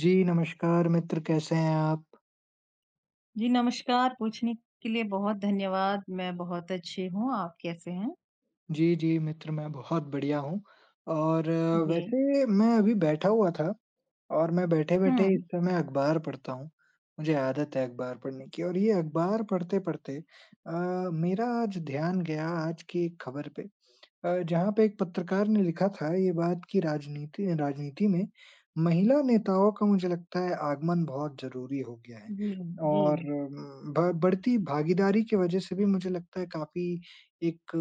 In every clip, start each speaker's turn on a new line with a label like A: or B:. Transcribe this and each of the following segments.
A: जी, नमस्कार मित्र कैसे हैं आप?
B: जी, नमस्कार। पूछने के लिए बहुत धन्यवाद। मैं बहुत अच्छी हूँ, आप कैसे हैं?
A: जी, जी मित्र मैं बहुत बढ़िया हूँ और
B: जी।
A: वैसे मैं अभी बैठा हुआ था और मैं बैठे-बैठे
B: हुँ।
A: इस समय अखबार पढ़ता हूँ। मुझे आदत है अखबार पढ़ने की और ये अखबार पढ़ते-पढ़ते मेरा आज ध्यान गया आज की एक खबर पे जहाँ पे एक पत्रकार ने लिखा था ये बात कि राजनीति राजनीति में महिला नेताओं का मुझे लगता है आगमन बहुत ज़रूरी हो गया है
B: जी, जी,
A: और उम, ब बढ़ती भागीदारी की वज़ह से भी मुझे लगता है काफ़ी एक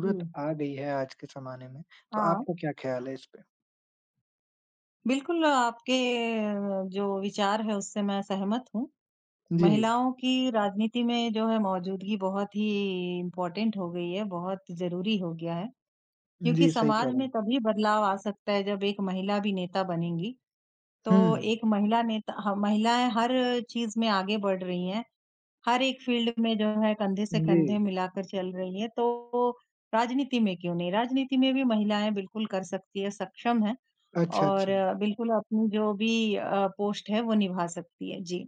B: जी।
A: आ गई है आज के ज़माने में। तो
B: हाँ,
A: आपका क्या ख़्याल है इस पे?
B: बिल्कुल आपके जो विचार है उससे मैं सहमत हूँ।
A: जी।
B: महिलाओं की राजनीति में जो है मौजूदगी बहुत ही इम्पोर्टेंट हो गई है, बहुत ज़रूरी हो गया है। क्योंकि
A: जी, सही कह
B: समाज
A: रहे
B: में
A: हैं।
B: तभी बदलाव आ सकता है जब एक महिला भी नेता बनेंगी। तो
A: हुँ।
B: एक महिला नेता ह महिलाएँ हर चीज़ में आगे बढ़ रही हैं। हर एक फ़ील्ड में जो है कंधे से
A: जी।
B: कंधे मिलाकर चल रही है, तो राजनीति में क्यों नहीं? राजनीति में भी महिलाएँ बिल्कुल कर सकती है, सक्षम है
A: अच्छा,
B: और
A: अच्छा।
B: बिल्कुल अपनी जो भी पोस्ट है वो निभा सकती है। जी।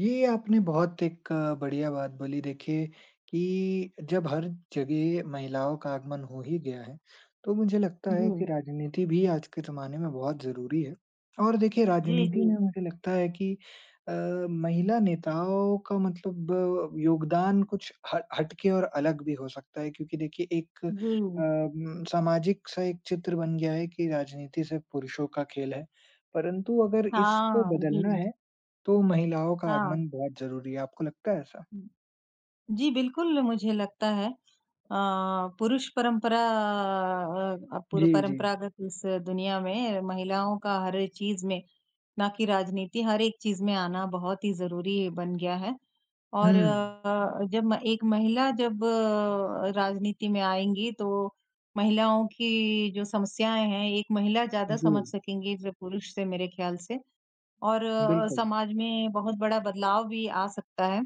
A: ये आपने बहुत एक बढ़िया बात बोली देखिए कि जब हर जगह महिलाओं का आगमन हो ही गया है, तो मुझे लगता
B: जी।
A: है कि राजनीति भी आज के ज़माने में बहुत ज़रूरी है। और देखिए
B: जी,
A: राजनीति
B: जी।
A: में मुझे लगता है कि अ, महिला नेताओं का मतलब योगदान कुछ ह हटके और अलग भी हो सकता है क्योंकि देखिए एक
B: जी।
A: सामाजिक सा एक चित्र बन गया है कि राजनीति सिर्फ़ पुरुषों का खेल है। परंतु अगर इसको
B: हाँ,
A: बदलना
B: जी।
A: है तो महिलाओं का
B: हाँ।
A: आगमन बहुत ज़रूरी है, आपको लगता है ऐसा?
B: जी, बिल्कुल मुझे लगता है अ, पुरुष परंपरा अ अ, पूर्व
A: जी, जी।
B: परंपरागत इस दुनिया में महिलाओं का हर एक चीज़ में, ना कि राजनीति, हर एक चीज़ में आना बहुत ही ज़रूरी बन गया है।
A: हुँ,
B: और जब म एक महिला जब राजनीति में आएँगी तो महिलाओं की जो समस्याएँ हैं, एक महिला ज़्यादा
A: जी,
B: समझ सकेंगी जो पुरुष से मेरे ख़्याल से और
A: बिल्कुल,
B: समाज में बहुत बड़ा बदलाव भी आ सकता है।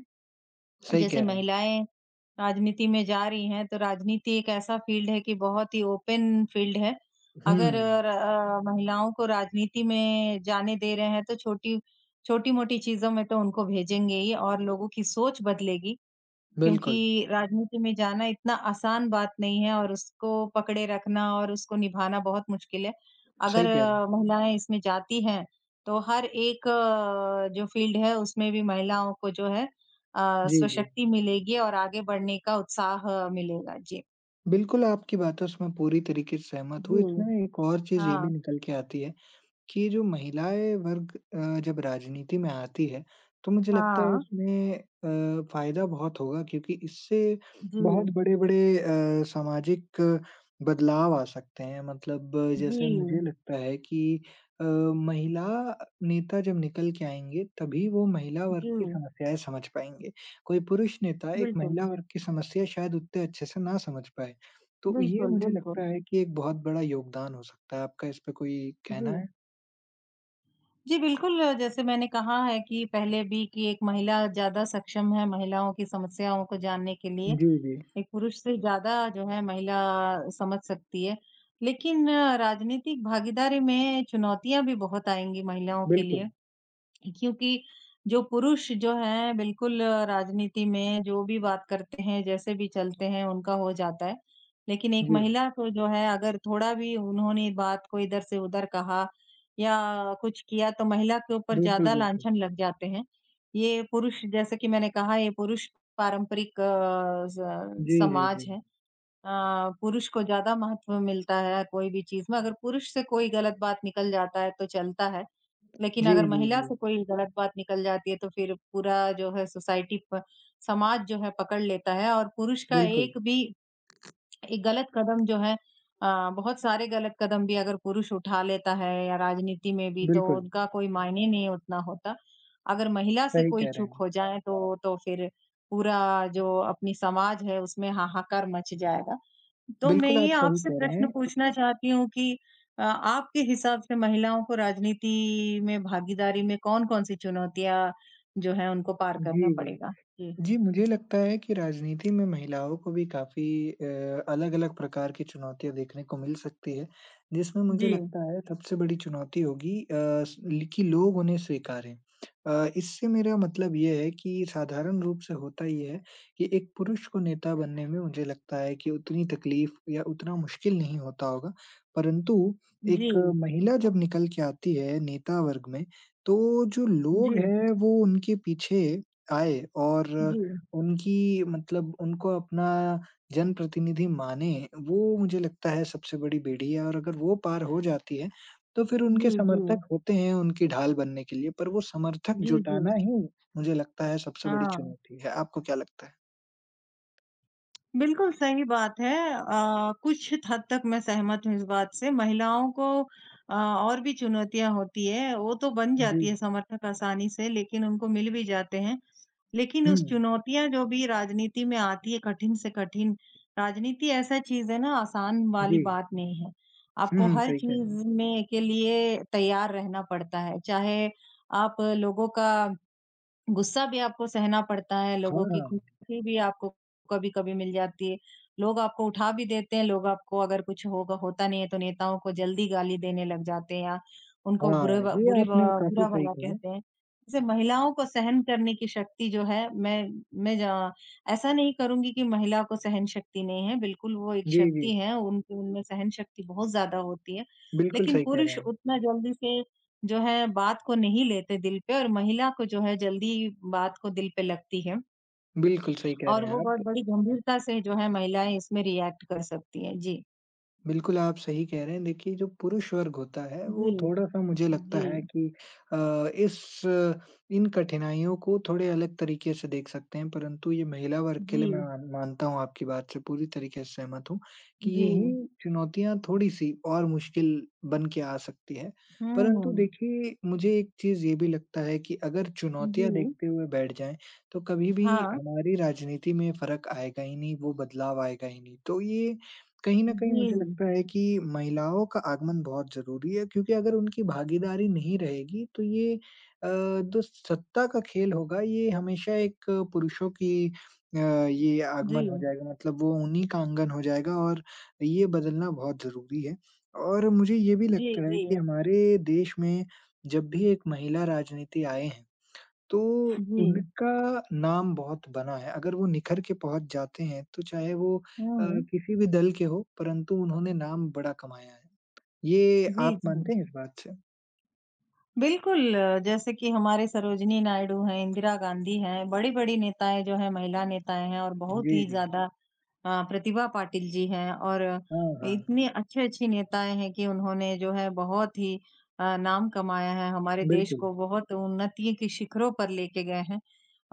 A: सही
B: जैसे
A: कह रहे हैं।
B: महिलाएँ राजनीति में जा रही हैं, तो राजनीति एक ऐसा फ़ील्ड है कि बहुत ही ओपन फ़ील्ड है।
A: हुँ,
B: अगर महिलाओं को राजनीति में जाने दे रहे हैं, तो छोटी-मोटी चीज़ों में तो उनको भेजेंगे ही और लोगों की सोच बदलेगी। क्योंकि
A: बिल्कुल,
B: राजनीति में जाना इतना आसान बात नहीं है और उसको पकड़े रखना और उसको निभाना बहुत मुश्किल है। अगर
A: सही कह रहे हैं।
B: महिलाएँ इसमें जाती हैं, तो हर एक जो फ़ील्ड है उसमें भी महिलाओं को जो है
A: जी, जी।
B: स्वशक्ति मिलेगी और आगे बढ़ने का उत्साह मिलेगा। जी।
A: बिल्कुल, आपकी बातों से मैं पूरी तरीके से सहमत हूँ।
B: जी।
A: इसमें एक और चीज़ ये
B: हाँ,
A: भी निकल के आती है कि जो महिलाएँ वर्ग जब राजनीति में आती है, तो मुझे लगता है
B: हाँ।
A: इसमें फ़ायदा बहुत होगा क्योंकि इससे
B: जी,
A: बहुत बड़े-बड़े सामाजिक बदलाव आ सकते हैं। मतलब
B: जी,
A: जैसे मुझे लगता है कि महिला नेता जब निकल के आएँगे, तभी वो महिला वर्ग
B: जी।
A: की समस्याएँ समझ पाएँगे। कोई पुरुष नेता एक
B: बिल्कुल,
A: महिला वर्ग की समस्या शायद उतने अच्छे से ना समझ पाए। तो ये
B: बिल्कुल,
A: मुझे लगता
B: बिल्कुल।
A: है कि एक बहुत बड़ा योगदान हो सकता है। आपका इस पे कोई
B: जी।
A: कहना है?
B: जी, बिल्कुल जैसे मैंने कहा है कि पहले भी कि एक महिला ज़्यादा सक्षम है महिलाओं की समस्याओं को जानने के लिए।
A: जी, जी।
B: एक पुरुष से ज़्यादा जो है महिला समझ सकती है। लेकिन राजनीतिक भागीदारी में चुनौतियाँ भी बहुत आएँगी महिलाओं के
A: बिल्कुल।
B: लिए। क्योंकि जो पुरुष जो हैं बिल्कुल राजनीति में जो भी बात करते हैं, जैसे भी चलते हैं उनका हो जाता है। लेकिन एक
A: जी।
B: महिला को जो है अगर थोड़ा भी उन्होंने बात को इधर से उधर कहा या कुछ किया तो महिला के ऊपर
A: बिल्कुल,
B: ज़्यादा
A: बिल्कुल।
B: लांछन लग जाते हैं। ये पुरुष जैसे कि मैंने कहा ये पुरुष पारंपरिक अ, स
A: जी, जी,
B: समाज
A: जी।
B: है। अ, पुरुष को ज़्यादा महत्व मिलता है कोई भी चीज़ में, अगर पुरुष से कोई गलत बात निकल जाता है तो चलता है। लेकिन
A: जी,
B: अगर
A: जी,
B: महिला
A: जी।
B: से कोई गलत बात निकल जाती है तो फिर पूरा जो है सोसाइटी प समाज जो है पकड़ लेता है और पुरुष का
A: बिल्कुल,
B: एक गलत कदम जो है बहुत सारे गलत कदम भी अगर पुरुष उठा लेता है या राजनीति में भी तो
A: बिल्कुल।
B: उनका कोई मायने नहीं उतना होता। अगर महिला से
A: सही
B: कोई
A: कह रहे
B: चूक
A: हैं।
B: हो जाए तो फिर पूरा जो अपनी समाज है उसमें हाहाकार मच जाएगा। तो मैं
A: बिल्कुल, आप
B: ये
A: सही
B: आपसे
A: कह रहे
B: प्रश्न
A: हैं।
B: पूछना चाहती हूँ कि आपके हिसाब से महिलाओं को राजनीति में भागीदारी में कौन-कौन सी चुनौतियाँ जो है उनको पार करना
A: जी, जी।
B: पड़ेगा? जी।
A: जी, मुझे लगता है कि राजनीति में महिलाओं को भी काफ़ी अलग-अलग प्रकार की चुनौतियाँ देखने को मिल सकती है, जिसमें मुझे
B: जी।
A: लगता है सबसे बड़ी चुनौती होगी कि लोग उन्हें स्वीकारें। इससे मेरा मतलब ये है कि साधारण रूप से होता ये है कि एक पुरुष को नेता बनने में मुझे लगता है कि उतनी तकलीफ या उतना मुश्किल नहीं होता होगा, परंतु
B: जी।
A: एक महिला जब निकल के आती है नेता वर्ग में, तो जो
B: जी।
A: लोग हैं वो उनके पीछे आए और
B: जी,
A: उनकी मतलब उनको अपना जनप्रतिनिधि माने, वो मुझे लगता है सबसे बड़ी बेड़ी है और अगर वो पार हो जाती है, तो फिर
B: जी,
A: उनके
B: जी।
A: समर्थक होते हैं उनकी ढाल बनने के लिए, पर वो समर्थक
B: जी, जी।
A: जुटाना ही मुझे लगता है सबसे बड़ी
B: हाँ,
A: चुनौती है। आपको क्या लगता है?
B: बिल्कुल सही बात है। कुछ हद तक मैं सहमत हूँ इस बात से। महिलाओं को और भी चुनौतियाँ होती है, वो तो बन
A: जी।
B: जाती है समर्थक आसानी से लेकिन उनको मिल भी जाते हैं। लेकिन
A: हुँ,
B: उस चुनौतियाँ जो भी राजनीति में आती है कठिन से कठिन, राजनीति ऐसा चीज़ है ना आसान वाली
A: जी।
B: बात नहीं है।
A: हुँ,
B: आपको
A: हुँ,
B: हर
A: सही कह रहे हैं।
B: चीज़ में के लिए तैयार रहना पड़ता है। चाहे आप लोगों का गुस्सा भी आपको सहना पड़ता है, लोगों की
A: हाँ,
B: खुशी भी आपको कभी-कभी मिल जाती है। लोग आपको उठा भी देते हैं, लोग आपको अगर कुछ होगा होता नहीं है तो नेताओं को जल्दी गाली देने लग जाते हैं या
A: हाँ,
B: उनको बुरे
A: हाँ,
B: भ
A: ये
B: बुरी भ
A: आपने काफ़ी
B: बुरा
A: सही
B: भला
A: कहा।
B: कहते हैं। जैसे महिलाओं को सहन करने की शक्ति जो है मैं ज ऐसा नहीं करूँगी कि महिला को सहन शक्ति नहीं है, बिल्कुल वो एक
A: जी, जी,
B: शक्ति है, उनकी उनमें सहन शक्ति बहुत ज़्यादा होती है।
A: बिल्कुल
B: लेकिन
A: सही कह रहे
B: पुरुष
A: हैं।
B: उतना जल्दी से जो है बात को नहीं लेते दिल पे और महिला को जो है जल्दी बात को दिल पे लगती है
A: बिल्कुल सही कह
B: और
A: रहे
B: वो
A: हैं
B: बहुत
A: आप।
B: बड़ी गंभीरता से जो है महिलाएँ इसमें रिएक्ट कर सकती हैं। जी।
A: बिल्कुल, आप सही कह रहे हैं। देखिए, जो पुरुष वर्ग होता है,
B: जी,
A: वो थोड़ा-सा मुझे लगता
B: जी,
A: है कि अ, इस इन कठिनाइयों को थोड़े अलग तरीके से देख सकते हैं, परंतु ये महिला वर्ग के लिए मैं
B: जी,
A: मानता हूँ आपकी बात से पूरी तरीके से सहमत हूँ कि
B: जी।
A: यही चुनौतियाँ थोड़ी-सी और मुश्किल बन के आ सकती हैं। परंतु
B: हुँ।
A: देखिए, मुझे एक चीज़ ये भी लगता है कि अगर चुनौतियाँ
B: जी,
A: देखते हुए बैठ जाएँ, तो कभी भी
B: हाँ।
A: हमारी राजनीति में फ़र्क आएगा ही नहीं, वो बदलाव आएगा ही नहीं। तो ये कहीं न कहीं
B: जी,
A: मुझे लगता है कि महिलाओं का आगमन बहुत ज़रूरी है क्योंकि अगर उनकी भागीदारी नहीं रहेगी तो ये जो सत्ता का खेल होगा ये हमेशा एक पुरुषों की ये
B: जी,
A: आगमन हो जाएगा मतलब वो उन्हीं का आंगन हो जाएगा और ये बदलना बहुत ज़रूरी है। और मुझे ये भी
B: जी,
A: लगता है
B: जी,
A: कि हमारे देश में जब भी एक महिला राजनीति आए हैं तो
B: जी।
A: उनका नाम बहुत बना है। अगर वो निखर के पहुँच जाते हैं, तो चाहे वो अ,
B: हुँ।
A: किसी भी दल के हो, परंतु उन्होंने नाम बड़ा कमाया है। ये
B: जी,
A: आप
B: जी।
A: मानते हैं इस बात से?
B: बिल्कुल, जैसे कि हमारे सरोजिनी नायडू हैं, इंदिरा गांधी हैं, बड़ी-बड़ी नेताएँ जो हैं, महिला नेताएँ हैं और बहुत
A: जी,
B: ही
A: जी।
B: ज़्यादा प्रतिभा पाटिल जी हैं और
A: हाँ, हाँ।
B: इतनी अच्छी-अच्छी नेताएँ हैं कि उन्होंने जो है बहुत ही नाम कमाया है, हमारे देश
A: बिल्कुल।
B: को बहुत उन्नति के शिखरों पर लेके गए हैं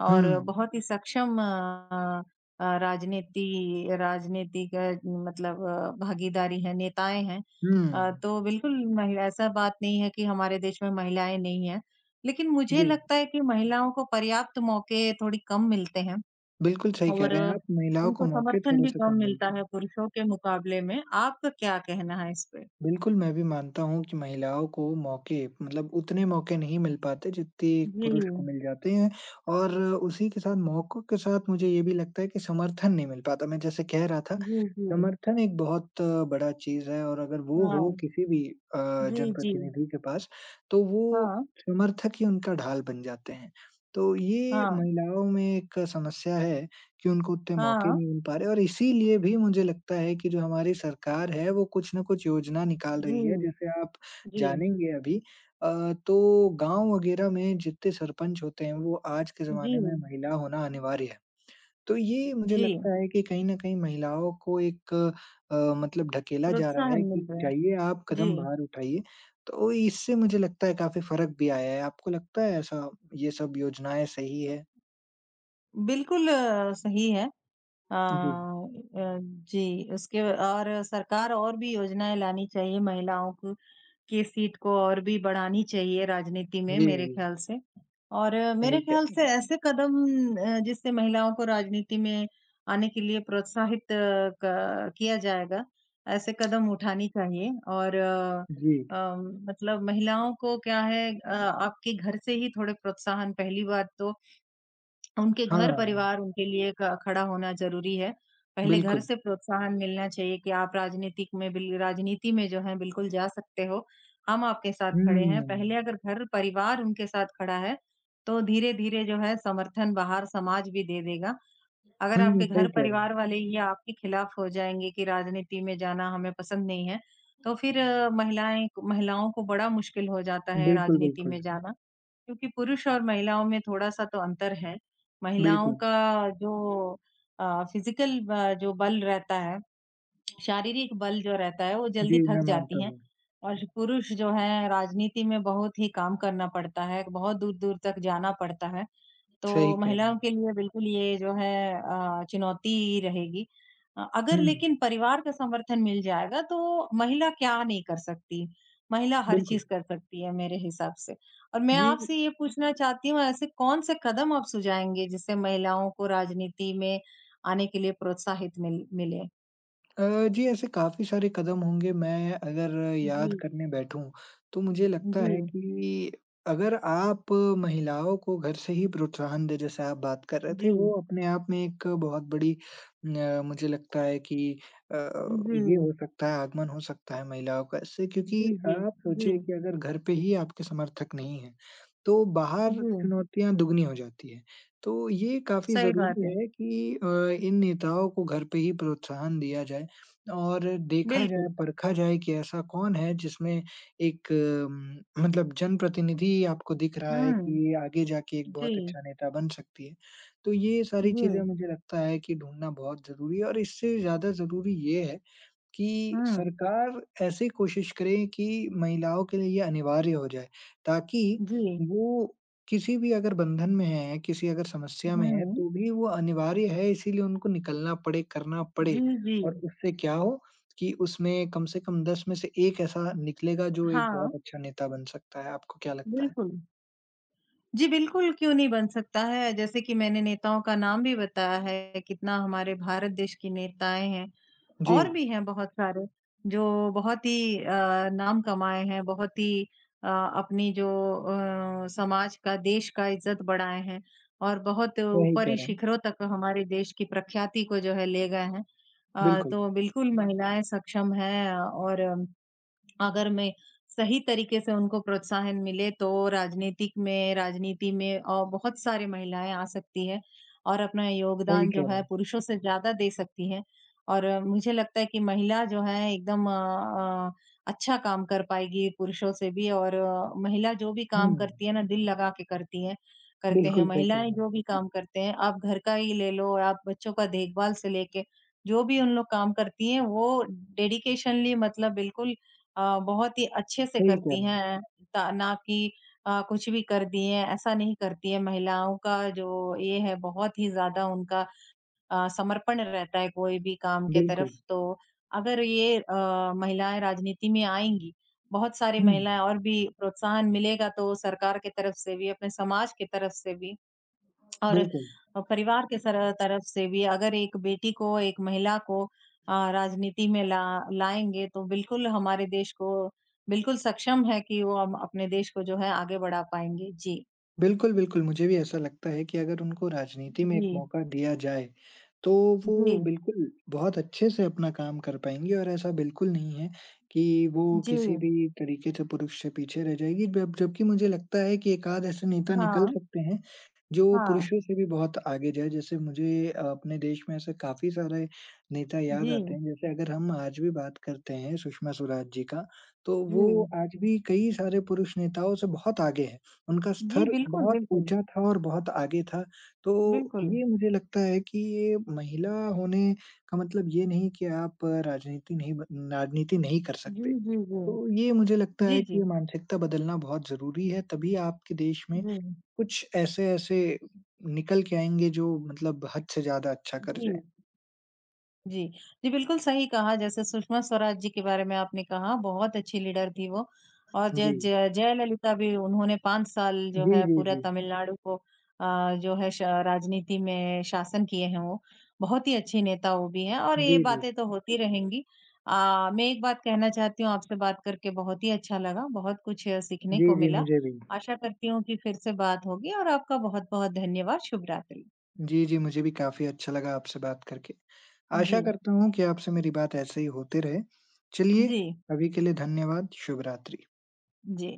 B: और
A: हुँ,
B: बहुत ही राजनीति राजनीति का मतलब भागीदारी है, नेताएँ हैं।
A: हुँ।
B: तो बिल्कुल महिला ऐसा बात नहीं है कि हमारे देश में महिलाएँ नहीं हैं। लेकिन मुझे
A: जी,
B: लगता है कि महिलाओं को पर्याप्त मौके थोड़ी कम मिलते हैं
A: बिल्कुल सही कह
B: और
A: रहे हैं आप, महिलाओं
B: उनको
A: को मौके
B: समर्थन
A: थोड़े
B: भी
A: से
B: कम
A: कम
B: मिलता
A: मिलते
B: है
A: हैं।
B: पुरुषों के मुकाबले में। आपका क्या कहना है इस पे?
A: बिल्कुल, मैं भी मानता हूँ कि महिलाओं को मौके मतलब उतने मौके नहीं मिल पाते जितने एक
B: जी।
A: पुरुष को मिल जाते हैं और उसी के साथ मौकों के साथ मुझे ये भी लगता है कि समर्थन नहीं मिल पाता। मैं जैसे कह रहा था
B: जी, जी।
A: समर्थन एक बहुत बड़ा चीज़ है और अगर वो हो
B: हाँ।
A: किसी भी अ,
B: जी, जी।
A: जनप्रतिनिधि के पास, तो वो
B: हाँ,
A: समर्थक ही उनका ढाल बन जाते हैं। तो ये
B: हाँ,
A: महिलाओं में एक समस्या है कि उनको उतने मौके
B: हाँ।
A: नहीं मिल पा रहे और इसीलिए भी मुझे लगता है कि जो हमारी सरकार है, वो कुछ न कुछ योजना निकाल रही है।
B: जी,
A: जैसे आप
B: जी,
A: जानेंगे अभी तो गाँव वगैरह में जितने सरपंच होते हैं, वो आज के
B: जी,
A: ज़माने में महिला होना अनिवार्य है। तो ये मुझे
B: जी।
A: लगता है कि कहीं न कहीं महिलाओं को एक मतलब ढकेला जा रहा
B: प्रोत्साहन
A: है कि
B: मिल रहा है।
A: जाइए आप
B: जी,
A: कदम बाहर उठाइए। तो इससे मुझे लगता है काफ़ी फ़र्क भी आया है। आपको लगता है ऐसा ये सब योजनाएँ सही है?
B: बिल्कुल सही है। अ
A: जी।
B: अ, जी, उसके और सरकार और भी योजनाएँ लानी चाहिए महिलाओं को की सीट को और भी बढ़ानी चाहिए राजनीति में
A: जी,
B: मेरे
A: जी।
B: ख़्याल से। और
A: सही
B: मेरे
A: कह
B: ख़्याल
A: रहे
B: से
A: हैं।
B: ऐसे कदम जिससे महिलाओं को राजनीति में आने के लिए प्रोत्साहित अ, क किया जाएगा, ऐसे कदम उठानी चाहिए और
A: जी।
B: अ, मतलब महिलाओं को क्या है आपके घर से ही थोड़े प्रोत्साहन पहली बात तो उनके
A: हाँ,
B: घर-परिवार उनके लिए ख खड़ा होना ज़रूरी है। पहले घर
A: बिल्कुल।
B: से प्रोत्साहन मिलना चाहिए कि आप राजनीति में जो है बिल्कुल जा सकते हो, हम आपके साथ खड़े हैं।
A: हुँ।
B: पहले अगर घर-परिवार उनके साथ खड़ा है, तो धीरे-धीरे जो है समर्थन बाहर समाज भी दे देगा। अगर
A: हुँ,
B: आपके
A: सही कह रहे हैं।
B: घर-परिवार वाले ही आपके खिलाफ हो जाएँगे कि राजनीति में जाना हमें पसंद नहीं है, तो फिर महिलाएँ महिलाओं को बड़ा मुश्किल हो जाता है
A: बिल्कुल,
B: राजनीति
A: बिल्कुल।
B: में जाना। क्योंकि पुरुष और महिलाओं में थोड़ा-सा तो अंतर है। महिलाओं
A: बिल्कुल।
B: का जो अ, फ़िज़िकल ब जो बल रहता है शारीरिक बल जो रहता है वो जल्दी
A: जी,
B: थक
A: मैं
B: जाती
A: मानता
B: हैं
A: हूँ।
B: और पुरुष जो है राजनीति में बहुत ही काम करना पड़ता है, बहुत दूर-दूर तक जाना पड़ता है। तो
A: सही कह रहे हैं।
B: महिलाओं के लिए बिल्कुल ये जो है चुनौती रहेगी। अगर
A: हुँ,
B: लेकिन परिवार का समर्थन मिल जाएगा तो महिला क्या नहीं कर सकती? महिला हर
A: बिल्कुल।
B: चीज़ कर सकती है मेरे हिसाब से। और मैं
A: जी
B: आपसे ये पूछना चाहती हूँ ऐसे कौन से कदम आप सुझाएँगे जिससे महिलाओं को राजनीति में आने के लिए प्रोत्साहित मिले?
A: जी, ऐसे काफ़ी सारे कदम होंगे, मैं अगर याद
B: जी।
A: करने बैठूँ, तो मुझे लगता
B: जी,
A: है कि अगर आप महिलाओं को घर से ही प्रोत्साहन दें, जैसे आप बात कर रहे
B: जी,
A: थे, वो अपने आप में एक बहुत बड़ी मुझे लगता है कि
B: जी,
A: ये हो सकता है, आगमन हो सकता है महिलाओं का इससे
B: जी,
A: क्योंकि
B: जी,
A: आप
B: जी,
A: सोचिए कि अगर घर पे ही आपके समर्थक नहीं हैं, तो बाहर
B: जी,
A: चुनौतियाँ दुगनी हो जाती हैं। तो ये काफ़ी
B: सही बात
A: ज़रूरी
B: है।
A: है कि इन नेताओं को घर पे ही प्रोत्साहन दिया जाए और देखा
B: बिल्कुल,
A: जाए, परखा जाए कि ऐसा कौन है जिसमें एक मतलब जनप्रतिनिधि आपको दिख रहा है
B: हुँ,
A: कि ये आगे जाके एक बहुत
B: जी,
A: अच्छा नेता बन सकती है। तो ये सारी चीज़ें
B: जी,
A: मुझे लगता है कि ढूँढना बहुत ज़रूरी है और इससे ज़्यादा ज़रूरी ये है कि
B: हुँ,
A: सरकार ऐसी कोशिश करे कि महिलाओं के लिए ये अनिवार्य हो जाए, ताकि
B: जी,
A: वो किसी भी अगर बंधन में हैं, किसी अगर समस्या में हैं,
B: हुँ,
A: तो भी वो अनिवार्य है इसीलिए उनको निकलना पड़े, करना
B: जी,
A: पड़े
B: जी,
A: और उससे क्या हो कि उसमें कम से कम 10 में से 1 ऐसा निकलेगा जो एक
B: हाँ,
A: बहुत अच्छा नेता बन सकता है। आपको क्या लगता है?
B: बिल्कुल। जी, बिल्कुल क्यों नहीं बन सकता है, जैसे कि मैंने नेताओं का नाम भी बताया है, कितना हमारे भारत देश की नेताएँ हैं
A: जी,
B: और भी हैं बहुत सारे जो बहुत ही नाम कमाए हैं, बहुत ही अपनी जो समाज का, देश का इज़्ज़त बढ़ाए हैं और बहुत
A: सही कह
B: ऊपरी
A: रहे हैं।
B: शिखरों तक हमारे देश की प्रख्याति को जो है ले गए हैं।
A: बिल्कुल,
B: तो बिल्कुल महिलाएँ सक्षम हैं और अगर मैं सही तरीके से उनको प्रोत्साहन मिले तो राजनीति में और बहुत सारी महिलाएं आ सकती है और अपना
A: सही
B: योगदान जो
A: कह रहे
B: है
A: हैं।
B: पुरुषों से ज्यादा दे सकती है और मुझे लगता है कि महिला जो है एकदम अच्छा काम कर पाएगी पुरुषों से भी और महिला जो भी
A: हुँ,
B: काम करती है ना दिल लगा के करती है करते हैं
A: बिल्कुल सही कह
B: महिलाएं
A: रहे हैं।
B: जो भी काम करते हैं आप घर का ही ले लो आप बच्चों का देखभाल से लेके जो भी उन लोग काम करती हैं वो डेडिकेशनली मतलब बिल्कुल बहुत ही अच्छे से
A: सही कह
B: करती
A: रहे हैं।
B: हैं, ता ना कि कुछ भी कर दिए, ऐसा नहीं करती है। महिलाओं का जो ये है बहुत ही ज़्यादा उनका समर्पण रहता है कोई भी काम के तरफ।
A: बिल्कुल।
B: तो अगर ये महिलाएँ राजनीति में आएँगी, बहुत सारी
A: हुँ,
B: महिलाएँ और भी प्रोत्साहन मिलेगा तो सरकार की तरफ से भी, अपने समाज की तरफ से भी और
A: बिल्कुल।
B: परिवार के सर तरफ से भी अगर एक बेटी को, एक महिला को राजनीति में ला लाएँगे तो बिल्कुल हमारे देश को बिल्कुल सक्षम है कि वो हम अपने देश को जो है आगे बढ़ा पाएँगे। जी।
A: बिल्कुल, बिल्कुल, मुझे भी ऐसा लगता है कि अगर उनको राजनीति में एक
B: जी,
A: मौका दिया जाए, तो
B: जी,
A: वो बिल्कुल बहुत अच्छे से अपना काम कर पाएँगी और ऐसा बिल्कुल नहीं है कि वो
B: जी।
A: किसी भी तरीके से पुरुष से पीछे रह जाएगी। जब जबकि मुझे लगता है कि एकाध ऐसे नेता निकल
B: हाँ,
A: सकते हैं, जो
B: हाँ।
A: पुरुषों से भी बहुत आगे जाएँ। जैसे मुझे अपने देश में ऐसे काफ़ी सारे नेता याद
B: जी,
A: आते हैं, जैसे अगर हम आज भी बात करते हैं सुषमा स्वराज जी का, तो
B: जी।
A: वो आज भी कई सारे पुरुष नेताओं से बहुत आगे हैं। उनका
B: जी,
A: स्तर
B: बिल्कुल,
A: बहुत
B: बिल्कुल।
A: ऊँचा था और बहुत आगे था। तो
B: बिल्कुल।
A: ये मुझे लगता है कि ये महिला होने का मतलब ये नहीं कि आप राजनीति नहीं कर
B: जी,
A: सकते।
B: जी, जी।
A: तो ये मुझे लगता
B: जी,
A: है
B: जी।
A: कि ये मानसिकता बदलना बहुत ज़रूरी है, तभी आपके देश में कुछ ऐसे-ऐसे निकल के आएँगे जो मतलब हद से ज़्यादा अच्छा
B: जी,
A: कर जाएँ।
B: जी। जी। जी, बिल्कुल सही कहा जैसे सुषमा स्वराज जी के बारे में आपने कहा, बहुत अच्छी लीडर थी वो और जय
A: जी।
B: जय जयललिता भी उन्होंने 5 साल जो
A: जी,
B: है
A: जी,
B: पूरा
A: जी।
B: तमिलनाडु को जो है श राजनीति में शासन किए हैं वो। बहुत ही अच्छी नेता वो भी हैं और ये
A: जी, जी।
B: बातें तो होती रहेंगी। मैं एक बात कहना चाहती हूँ आपसे बात करके बहुत ही अच्छा लगा, बहुत कुछ सीखने
A: जी,
B: को
A: जी,
B: मिला।
A: मुझे भी।
B: आशा करती हूँ कि फिर से बात होगी और आपका बहुत-बहुत धन्यवाद। शुभ रात्रि।
A: जी, जी, मुझे भी काफ़ी अच्छा लगा आपसे बात करके।
B: जी।
A: आशा करता हूँ कि आपसे मेरी बात ऐसे ही होते रहे। चलिए,
B: जी,
A: अभी के लिए धन्यवाद। शुभ रात्रि।
B: जी।